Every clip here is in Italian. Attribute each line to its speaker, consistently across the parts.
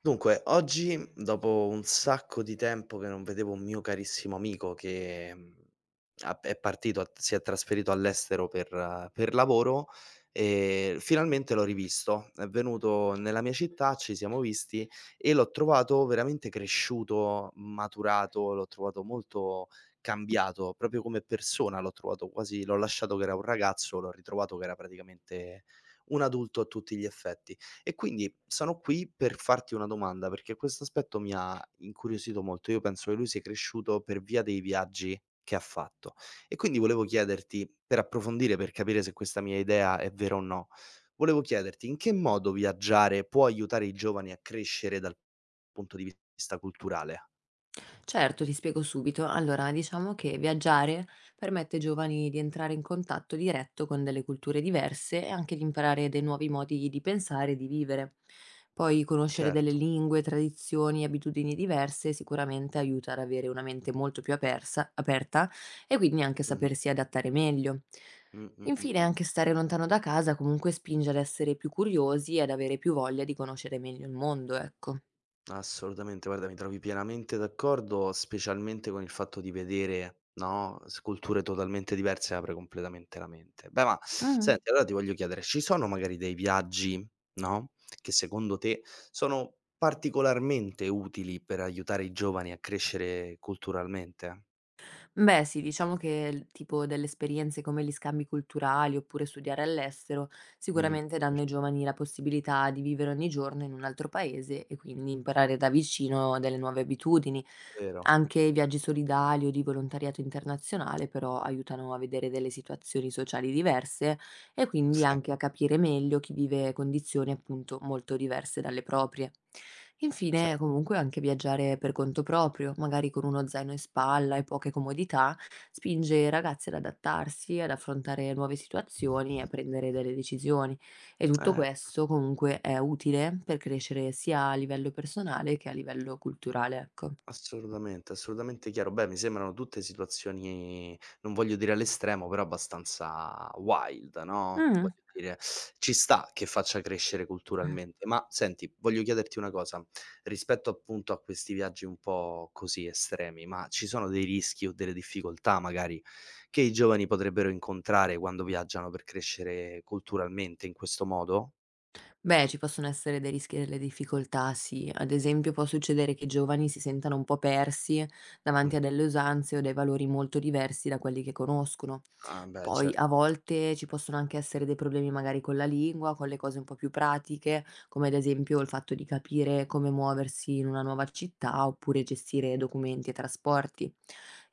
Speaker 1: Dunque, oggi, dopo un sacco di tempo che non vedevo un mio carissimo amico che, ha è partito, ha si è trasferito all'estero per lavoro, finalmente l'ho rivisto. È venuto nella mia città, ci siamo visti e l'ho trovato veramente cresciuto, maturato, l'ho trovato molto cambiato, proprio come persona, l'ho trovato quasi l'ho lasciato che era un ragazzo, l'ho ritrovato che era praticamente un adulto a tutti gli effetti. E quindi sono qui per farti una domanda, perché questo aspetto mi ha incuriosito molto. Io penso che lui sia cresciuto per via dei viaggi che ha fatto e quindi volevo chiederti, per approfondire, per capire se questa mia idea è vera o no, volevo chiederti in che modo viaggiare può aiutare i giovani a crescere dal punto di vista culturale?
Speaker 2: Certo, ti spiego subito. Allora, diciamo che viaggiare permette ai giovani di entrare in contatto diretto con delle culture diverse e anche di imparare dei nuovi modi di pensare e di vivere. Poi conoscere delle
Speaker 1: Certo.
Speaker 2: lingue, tradizioni, e abitudini diverse sicuramente aiuta ad avere una mente molto più aperta e quindi anche
Speaker 1: Mh-mh.
Speaker 2: sapersi adattare meglio.
Speaker 1: Mh, mh, mh,
Speaker 2: Infine,
Speaker 1: mh.
Speaker 2: anche stare lontano da casa comunque spinge ad essere più curiosi e ad avere più voglia di conoscere meglio il mondo, ecco.
Speaker 1: Assolutamente, guarda, mi trovi pienamente d'accordo, specialmente con il fatto di vedere, no, s culture totalmente diverse apre completamente la mente. Beh, ma
Speaker 2: Mm.
Speaker 1: senti, allora ti voglio chiedere, ci sono magari dei viaggi, no, che secondo te sono particolarmente utili per aiutare i giovani a crescere culturalmente?
Speaker 2: Beh sì, diciamo che l tipo delle esperienze come gli scambi culturali, oppure studiare all'estero, sicuramente danno ai
Speaker 1: Certo.
Speaker 2: giovani la possibilità di vivere ogni giorno in un altro paese e quindi imparare da vicino delle nuove abitudini.
Speaker 1: Vero,
Speaker 2: Anche i viaggi solidali o di volontariato internazionale però aiutano a vedere delle situazioni sociali diverse e quindi
Speaker 1: sì,
Speaker 2: anche a capire meglio chi vive condizioni appunto molto diverse dalle proprie.
Speaker 1: cer
Speaker 2: Infine, comunque, anche viaggiare per conto proprio, magari con uno zaino in spalla e poche comodità, spinge i ragazzi ad adattarsi, ad affrontare nuove situazioni e a prendere delle decisioni. E tutto
Speaker 1: Eh.
Speaker 2: questo comunque è utile per crescere sia a livello personale che a livello culturale, ecco.
Speaker 1: Assolutamente, assolutamente chiaro. Beh, mi sembrano tutte situazioni, non voglio dire all'estremo, però abbastanza wild, no,
Speaker 2: Mm.
Speaker 1: voglio dire, ci sta che faccia crescere culturalmente. Ma senti, voglio chiederti una cosa, rispetto appunto a questi viaggi un po' così estremi, ma ci sono dei rischi o delle difficoltà magari che i giovani potrebbero incontrare quando viaggiano per crescere culturalmente in questo modo?
Speaker 2: Beh, ci possono essere dei rischi e delle difficoltà, sì. Ad esempio, può succedere che i giovani si sentano un po' persi davanti
Speaker 1: Mh.
Speaker 2: a delle usanze o dei valori molto diversi da quelli che conoscono.
Speaker 1: Ah beh,
Speaker 2: Poi a
Speaker 1: certo.
Speaker 2: volte ci possono anche essere dei problemi magari con la lingua, con le cose un po' più pratiche, come ad esempio il fatto di capire come muoversi in una nuova città oppure gestire documenti e trasporti.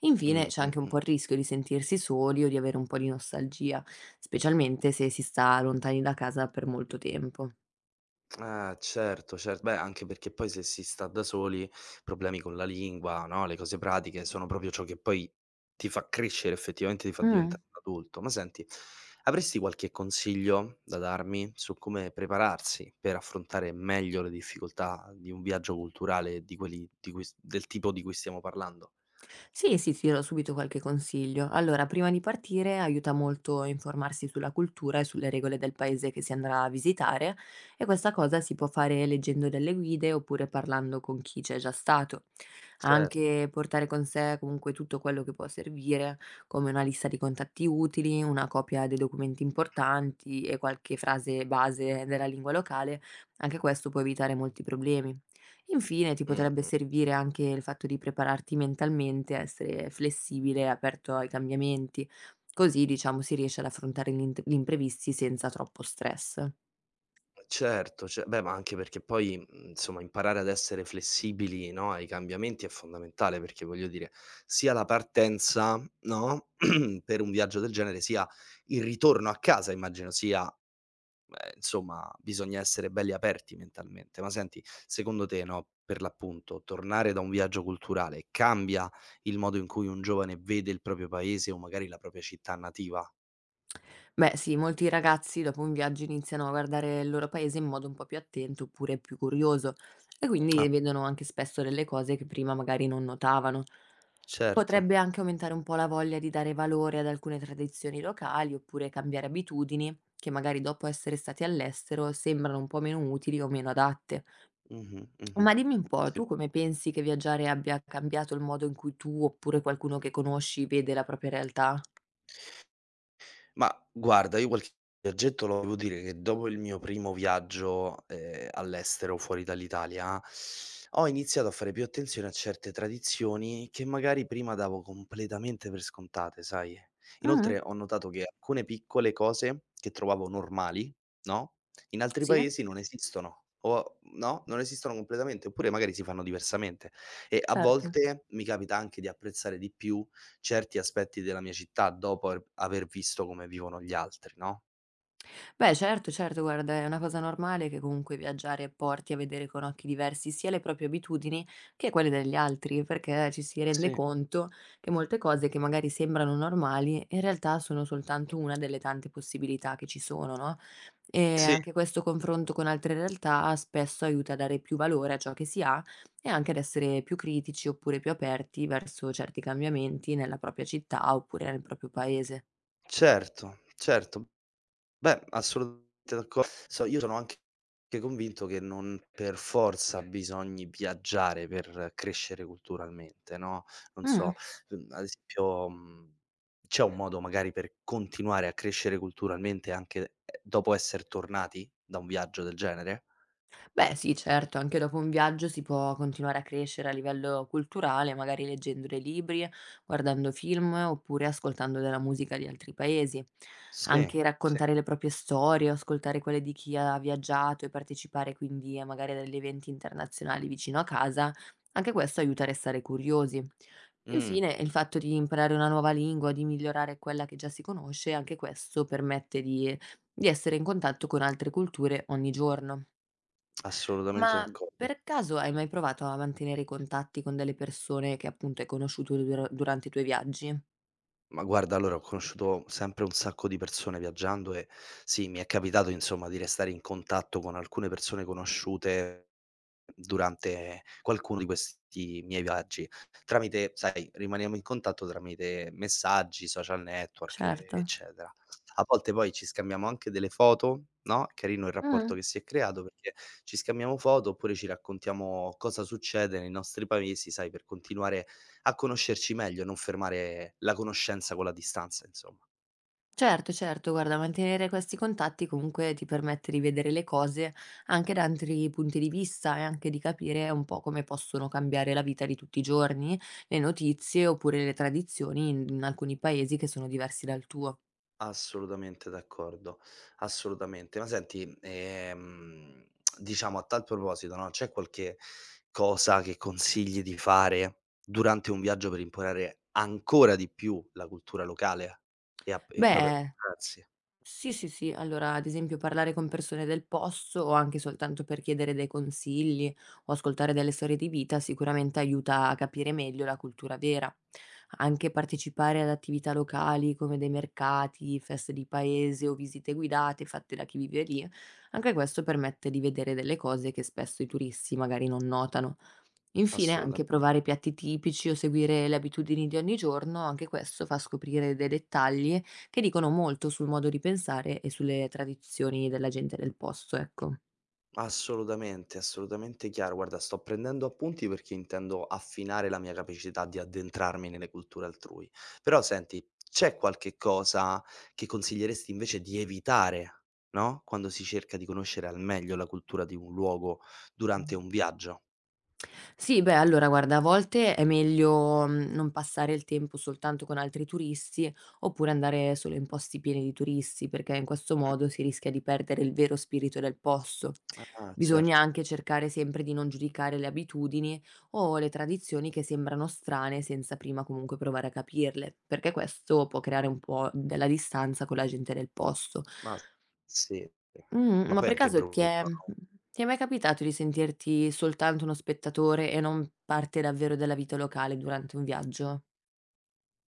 Speaker 2: Infine
Speaker 1: Mh,
Speaker 2: c'è anche
Speaker 1: mh,
Speaker 2: un po'
Speaker 1: mh.
Speaker 2: il rischio di sentirsi soli o di avere un po' di nostalgia, specialmente se si sta lontani da casa per molto tempo.
Speaker 1: Certo, cer beh, anche perché poi se si sta da soli, problemi con la lingua, no, le cose pratiche sono proprio ciò che poi ti fa crescere, effettivamente ti fa
Speaker 2: Mh.
Speaker 1: diventare un adulto. Ma senti, avresti qualche consiglio da darmi su come prepararsi per affrontare meglio le difficoltà di un viaggio culturale di quelli di cui s del tipo di cui stiamo parlando?
Speaker 2: Sì, ti dirò subito qualche consiglio. Allora, prima di partire aiuta molto a informarsi sulla cultura e sulle regole del paese che si andrà a visitare e questa cosa si può fare leggendo delle guide oppure parlando con chi c'è già stato.
Speaker 1: Cer
Speaker 2: Anche portare con sé comunque tutto quello che può servire, come una lista di contatti utili, una copia dei documenti importanti e qualche frase base della lingua locale, anche questo può evitare molti problemi. Infine, ti
Speaker 1: mh,
Speaker 2: potrebbe
Speaker 1: mh.
Speaker 2: servire anche il fatto di prepararti mentalmente, a essere flessibile e aperto ai cambiamenti, così diciamo si riesce ad affrontare gli imprevisti senza troppo stress.
Speaker 1: Certo, ce beh, ma anche perché poi, insomma imparare ad essere flessibili, no, ai cambiamenti è fondamentale, perché voglio dire, sia la partenza, no, per un viaggio del genere, sia il ritorno a casa immagino sia insomma bisogna essere belli aperti mentalmente. Ma senti, secondo te, no, per l'appunto, tornare da un viaggio culturale cambia il modo in cui un giovane vede il proprio paese o magari la propria città nativa?
Speaker 2: Beh sì, molti ragazzi dopo un viaggio iniziano a guardare il loro paese in modo un po' più attento oppure più curioso e
Speaker 1: Ah,
Speaker 2: quindi vedono anche spesso delle cose che prima magari non notavano.
Speaker 1: certo.
Speaker 2: Potrebbe anche aumentare un po' la voglia di dare valore ad alcune tradizioni locali oppure cambiare abitudini che magari dopo essere stati all'estero sembrano un po' meno utili o meno adatte.
Speaker 1: Mh-mh, mh-mh.
Speaker 2: Ma dimmi un po',
Speaker 1: Sì.
Speaker 2: tu come pensi che viaggiare abbia cambiato il modo in cui tu oppure qualcuno che conosci vede la propria realtà?
Speaker 1: Ma guarda, io qualche viaggetto lo devo dire che dopo il mio primo viaggio, all'estero fuori dall'Italia, ho iniziato a fare più attenzione a certe tradizioni che magari prima davo completamente per scontate, sai?
Speaker 2: Mm,
Speaker 1: Inoltre ho notato che alcune piccole cose che trovavo normali, no, in altri
Speaker 2: sì,
Speaker 1: paesi non esistono o no, non esistono completamente, oppure magari si fanno diversamente e a
Speaker 2: certo.
Speaker 1: volte mi capita anche di apprezzare di più certi aspetti della mia città dopo aver visto come vivono gli altri, no?
Speaker 2: Beh, certo, guarda, è una cosa normale che comunque viaggiare porti a vedere con occhi diversi sia le proprie abitudini che quelle degli altri, perché ci si rende
Speaker 1: Sì.
Speaker 2: conto che molte cose che magari sembrano normali in realtà sono soltanto una delle tante possibilità che ci sono, no, e
Speaker 1: Sì,
Speaker 2: anche questo confronto con altre realtà spesso aiuta a dare più valore a ciò che si ha e anche ad essere più critici oppure più aperti verso certi cambiamenti nella propria città oppure nel proprio paese.
Speaker 1: certo, certo. Beh, assolutamente d'acco so io sono anche convinto che non per forza bisogni viaggiare per crescere culturalmente, no, non
Speaker 2: Mh.
Speaker 1: so, ad esempio, c'è un modo magari per continuare a crescere culturalmente anche, dopo esser tornati da un viaggio del genere?
Speaker 2: Beh sì, certo, anche dopo un viaggio si può continuare a crescere a livello culturale, magari leggendo dei libri, guardando film oppure ascoltando della musica di altri paesi.
Speaker 1: Sì,
Speaker 2: Anche
Speaker 1: sì.
Speaker 2: raccontare le proprie storie, ascoltare quelle di chi ha viaggiato e partecipare quindi a magari a degli eventi internazionali vicino a casa, anche questo aiuta a restare curiosi.
Speaker 1: Mh.
Speaker 2: Infine, il fatto di imparare una nuova lingua, di migliorare quella che già si conosce, anche questo permette di essere in contatto con altre culture ogni giorno.
Speaker 1: Assolutamente
Speaker 2: Ma
Speaker 1: d'accordo.
Speaker 2: per caso hai mai provato a mantenere i contatti con delle persone che appunto hai conosciuto durante i tuoi viaggi?
Speaker 1: Ma guarda, allora ho conosciuto sempre un sacco di persone viaggiando e sì, mi è capitato insomma di restare in contatto con alcune persone conosciute durante qualcuno di questi miei viaggi. Tramite, sai, rimaniamo in contatto tramite messaggi, social network,
Speaker 2: Certo.
Speaker 1: eccetera. A volte poi ci scambiamo anche delle foto, no? È carino il rapporto
Speaker 2: Mm,
Speaker 1: che si è creato perché ci scambiamo foto oppure ci raccontiamo cosa succede nei nostri paesi, sai, per continuare a conoscerci meglio, non fermare la conoscenza con la distanza, insomma.
Speaker 2: certo, guarda, mantenere questi contatti comunque ti permette di vedere le cose anche da altri punti di vista e anche di capire un po' come possono cambiare la vita di tutti i giorni, le notizie oppure le tradizioni in alcuni paesi che sono diversi dal tuo.
Speaker 1: Assolutamente d'accordo, assolutamente. Ma senti, diciamo a tal proposito, no, c'è qualche cosa che consigli di fare durante un viaggio per imparare ancora di più la cultura locale e a e proprio a-
Speaker 2: Beh, s
Speaker 1: grazie,
Speaker 2: sì, sì, sì. Allora, ad esempio, parlare con persone del posto o anche soltanto per chiedere dei consigli o ascoltare delle storie di vita sicuramente aiuta a capire meglio la cultura vera. Anche partecipare ad attività locali come dei mercati, feste di paese o visite guidate fatte da chi vive lì, anche questo permette di vedere delle cose che spesso i turisti magari non notano. Infine anche
Speaker 1: assolutamen
Speaker 2: provare piatti tipici o seguire le abitudini di ogni giorno, anche questo fa scoprire dei dettagli che dicono molto sul modo di pensare e sulle tradizioni della gente del posto, ecco.
Speaker 1: Assolutamente, assolutamente chiaro. Guarda, sto prendendo appunti perché intendo affinare la mia capacità di addentrarmi nelle culture altrui. Però senti, c'è qualche cosa che consiglieresti invece di evitare, no? Quando si cerca di conoscere al meglio la cultura di un luogo durante un viaggio?
Speaker 2: Sì, beh, allora guarda, a volte è meglio, non passare il tempo soltanto con altri turisti, oppure andare solo in posti pieni di turisti, perché in questo modo si rischia di perdere il vero spirito del posto.
Speaker 1: Ah,
Speaker 2: Bisogna
Speaker 1: certo.
Speaker 2: anche cercare sempre di non giudicare le abitudini o le tradizioni che sembrano strane senza prima comunque provare a capirle, perché questo può creare un po' della distanza con la gente del posto.
Speaker 1: Ma sì,
Speaker 2: Mh-mh,
Speaker 1: ma
Speaker 2: ma
Speaker 1: poi è
Speaker 2: per
Speaker 1: anche
Speaker 2: caso ti è
Speaker 1: brutto,
Speaker 2: mhmm,
Speaker 1: no?
Speaker 2: ti è mai capitato di sentirti soltanto uno spettatore e non parte davvero della vita locale durante un viaggio?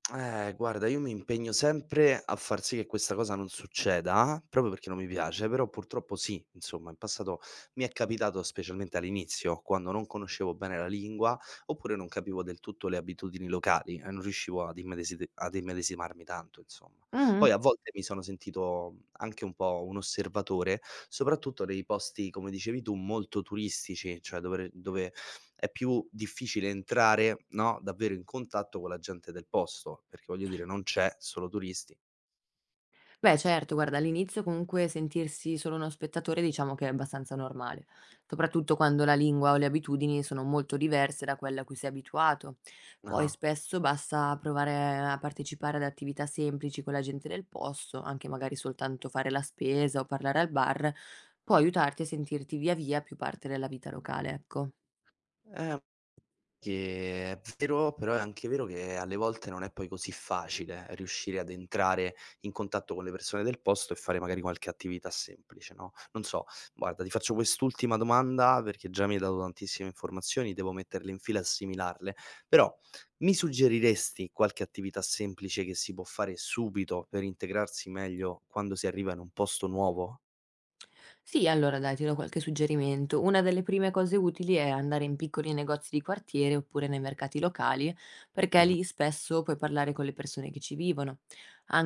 Speaker 1: Guarda, io mi impegno sempre a far sì che questa cosa non succeda, proprio perché non mi piace, però purtroppo sì, insomma, in passato mi è capitato, specialmente all'inizio, quando non conoscevo bene la lingua, oppure non capivo del tutto le abitudini locali e non riuscivo ad ad immedesimarmi tanto, insomma.
Speaker 2: Mh-mh.
Speaker 1: Poi a volte mi sono sentito anche un po' un osservatore, soprattutto nei posti, come dicevi tu, molto turistici, cioè dove è più difficile entrare, no, davvero in contatto con la gente del posto, perché voglio dire non c'è, solo turisti.
Speaker 2: Beh certo, guarda, all'inizio comunque sentirsi solo uno spettatore diciamo che è abbastanza normale, soprattutto quando la lingua o le abitudini sono molto diverse da quella a cui sei abituato. Poi
Speaker 1: Ah-ah.
Speaker 2: spesso basta provare a partecipare ad attività semplici con la gente del posto, anche magari soltanto fare la spesa o parlare al bar, può aiutarti a sentirti via via più parte della vita locale, ecco.
Speaker 1: Eh Che è vero, però è anche vero che alle volte non è poi così facile riuscire ad entrare in contatto con le persone del posto e fare magari qualche attività semplice, no, non so, guarda ti faccio quest'ultima domanda perché già mi hai dato tantissime informazioni, devo metterle in fila e assimilarle, però mi suggeriresti qualche attività semplice che si può fare subito per integrarsi meglio quando si arriva in un posto nuovo?
Speaker 2: Sì, allora dai, ti do qualche suggerimento. Una delle prime cose utili è andare in piccoli negozi di quartiere oppure nei mercati locali, perché
Speaker 1: Mh-mh.
Speaker 2: lì spesso puoi parlare con le persone che ci vivono.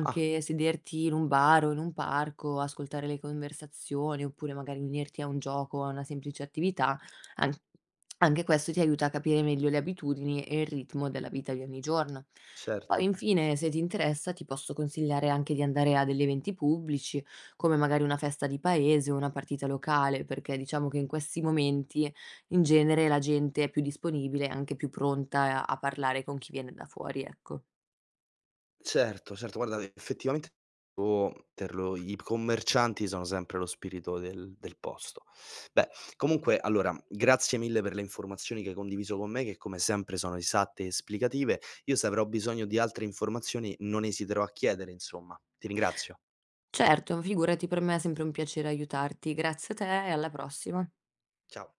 Speaker 1: Ah,
Speaker 2: sederti in un bar o in un parco, ascoltare le conversazioni, oppure magari unirti a un gioco o a una semplice attività, an- anche questo ti aiuta a capire meglio le abitudini e il ritmo della vita di ogni giorno. Poi
Speaker 1: certo.
Speaker 2: infine, se ti interessa, ti posso consigliare anche di andare a degli eventi pubblici come magari una festa di paese o una partita locale, perché diciamo che in questi momenti in genere la gente è più disponibile e anche più pronta a parlare con chi viene da fuori, ecco.
Speaker 1: Certo, certo, guarda effettivamente o per lo i commercianti sono sempre lo spirito del posto. Beh, comunque allora grazie mille per le informazioni che hai condiviso con me, che come sempre sono esatte e esplicative. Io se avrò bisogno di altre informazioni non esiterò a chiedere insomma. Ti ringrazio.
Speaker 2: Certo, figurati, per me è sempre un piacere aiutarti. Grazie a te e alla prossima.
Speaker 1: Ciao.